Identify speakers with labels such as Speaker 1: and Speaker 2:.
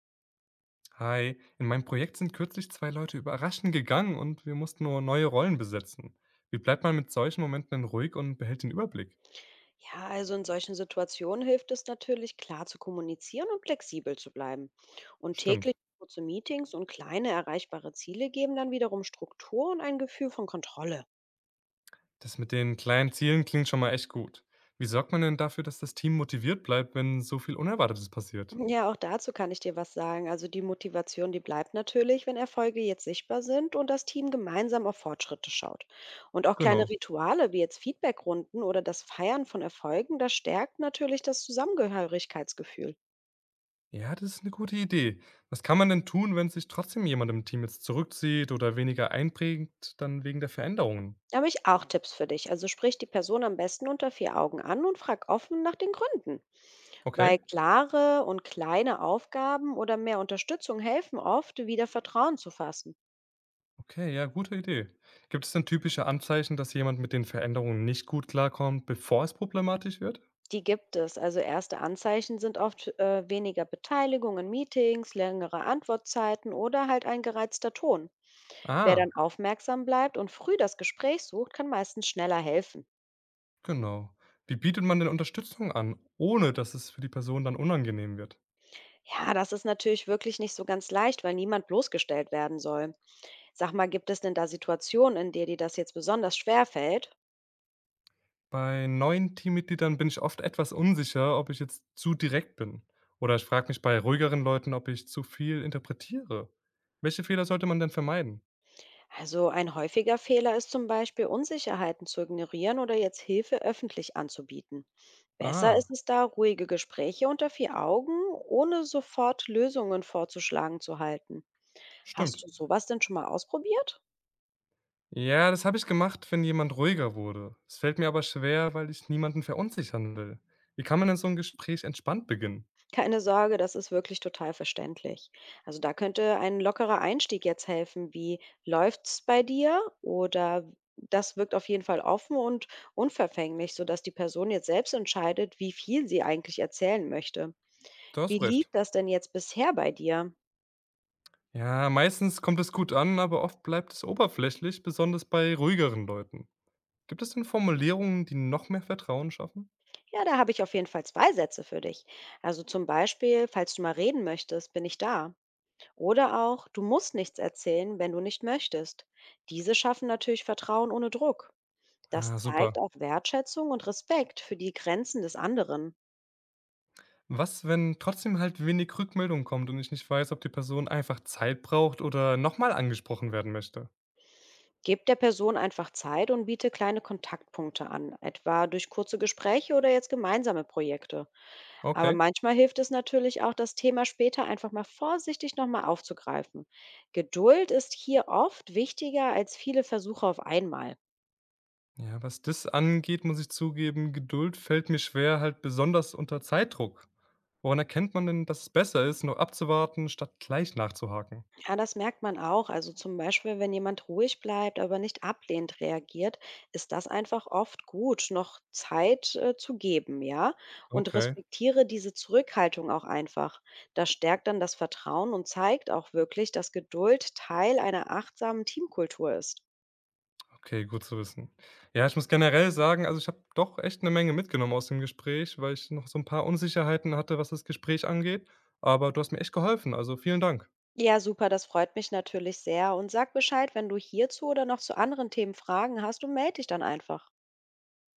Speaker 1: Hi, in meinem Projekt sind kürzlich zwei Leute überraschend gegangen und wir mussten nur neue Rollen besetzen. Wie bleibt man mit solchen Momenten denn ruhig und behält den Überblick?
Speaker 2: Ja, also in solchen Situationen hilft es natürlich, klar zu kommunizieren und flexibel zu bleiben. Und täglich
Speaker 1: Stimmt.
Speaker 2: kurze Meetings und kleine erreichbare Ziele geben dann wiederum Struktur und ein Gefühl von Kontrolle.
Speaker 1: Das mit den kleinen Zielen klingt schon mal echt gut. Wie sorgt man denn dafür, dass das Team motiviert bleibt, wenn so viel Unerwartetes passiert?
Speaker 2: Ja, auch dazu kann ich dir was sagen. Also die Motivation, die bleibt natürlich, wenn Erfolge jetzt sichtbar sind und das Team gemeinsam auf Fortschritte schaut. Und auch kleine
Speaker 1: Genau.
Speaker 2: Rituale wie jetzt Feedbackrunden oder das Feiern von Erfolgen, das stärkt natürlich das Zusammengehörigkeitsgefühl.
Speaker 1: Ja, das ist eine gute Idee. Was kann man denn tun, wenn sich trotzdem jemand im Team jetzt zurückzieht oder weniger einprägt, dann wegen der Veränderungen?
Speaker 2: Da habe ich auch Tipps für dich. Also sprich die Person am besten unter vier Augen an und frag offen nach den Gründen.
Speaker 1: Okay.
Speaker 2: Weil klare und kleine Aufgaben oder mehr Unterstützung helfen oft, wieder Vertrauen zu fassen.
Speaker 1: Okay, ja, gute Idee. Gibt es denn typische Anzeichen, dass jemand mit den Veränderungen nicht gut klarkommt, bevor es problematisch wird?
Speaker 2: Die gibt es. Also erste Anzeichen sind oft weniger Beteiligung in Meetings, längere Antwortzeiten oder halt ein gereizter Ton. Wer dann
Speaker 1: Ah,
Speaker 2: aufmerksam bleibt und früh das Gespräch sucht, kann meistens schneller helfen.
Speaker 1: genau. Wie bietet man denn Unterstützung an, ohne dass es für die Person dann unangenehm wird?
Speaker 2: Ja, das ist natürlich wirklich nicht so ganz leicht, weil niemand bloßgestellt werden soll. Sag mal, gibt es denn da Situationen, in der dir das jetzt besonders schwer fällt?
Speaker 1: Bei neuen Teammitgliedern bin ich oft etwas unsicher, ob ich jetzt zu direkt bin. Oder ich frage mich bei ruhigeren Leuten, ob ich zu viel interpretiere. Welche Fehler sollte man denn vermeiden?
Speaker 2: Also ein häufiger Fehler ist zum Beispiel, Unsicherheiten zu ignorieren oder jetzt Hilfe öffentlich anzubieten. Besser
Speaker 1: Ah,
Speaker 2: ist es da, ruhige Gespräche unter vier Augen, ohne sofort Lösungen vorzuschlagen zu halten.
Speaker 1: stimmt.
Speaker 2: Hast du sowas denn schon mal ausprobiert?
Speaker 1: Ja, das habe ich gemacht, wenn jemand ruhiger wurde. Es fällt mir aber schwer, weil ich niemanden verunsichern will. Wie kann man denn so ein Gespräch entspannt beginnen?
Speaker 2: Keine Sorge, das ist wirklich total verständlich. Also da könnte ein lockerer Einstieg jetzt helfen, wie läuft's bei dir? Oder das wirkt auf jeden Fall offen und unverfänglich, sodass die Person jetzt selbst entscheidet, wie viel sie eigentlich erzählen möchte.
Speaker 1: Da hast
Speaker 2: Wie
Speaker 1: du
Speaker 2: lief
Speaker 1: recht.
Speaker 2: das denn jetzt bisher bei dir?
Speaker 1: Ja, meistens kommt es gut an, aber oft bleibt es oberflächlich, besonders bei ruhigeren Leuten. Gibt es denn Formulierungen, die noch mehr Vertrauen schaffen?
Speaker 2: Ja, da habe ich auf jeden Fall zwei Sätze für dich. Also zum Beispiel, falls du mal reden möchtest, bin ich da. Oder auch, du musst nichts erzählen, wenn du nicht möchtest. Diese schaffen natürlich Vertrauen ohne Druck. Das
Speaker 1: Ah,
Speaker 2: zeigt
Speaker 1: super.
Speaker 2: auch Wertschätzung und Respekt für die Grenzen des anderen.
Speaker 1: Was, wenn trotzdem halt wenig Rückmeldung kommt und ich nicht weiß, ob die Person einfach Zeit braucht oder nochmal angesprochen werden möchte?
Speaker 2: Gebt der Person einfach Zeit und biete kleine Kontaktpunkte an, etwa durch kurze Gespräche oder jetzt gemeinsame Projekte. Aber
Speaker 1: Okay.
Speaker 2: manchmal hilft es natürlich auch, das Thema später einfach mal vorsichtig nochmal aufzugreifen. Geduld ist hier oft wichtiger als viele Versuche auf einmal.
Speaker 1: Ja, was das angeht, muss ich zugeben, Geduld fällt mir schwer, halt besonders unter Zeitdruck. Woran erkennt man denn, dass es besser ist, noch abzuwarten, statt gleich nachzuhaken?
Speaker 2: Ja, das merkt man auch. Also zum Beispiel, wenn jemand ruhig bleibt, aber nicht ablehnend reagiert, ist das einfach oft gut, noch Zeit zu geben, ja? Und
Speaker 1: Okay.
Speaker 2: respektiere diese Zurückhaltung auch einfach. Das stärkt dann das Vertrauen und zeigt auch wirklich, dass Geduld Teil einer achtsamen Teamkultur ist.
Speaker 1: Okay, gut zu wissen. Ja, ich muss generell sagen, also ich habe doch echt eine Menge mitgenommen aus dem Gespräch, weil ich noch so ein paar Unsicherheiten hatte, was das Gespräch angeht. Aber du hast mir echt geholfen, also vielen Dank.
Speaker 2: Ja, super, das freut mich natürlich sehr. Und sag Bescheid, wenn du hierzu oder noch zu anderen Themen Fragen hast und melde dich dann einfach.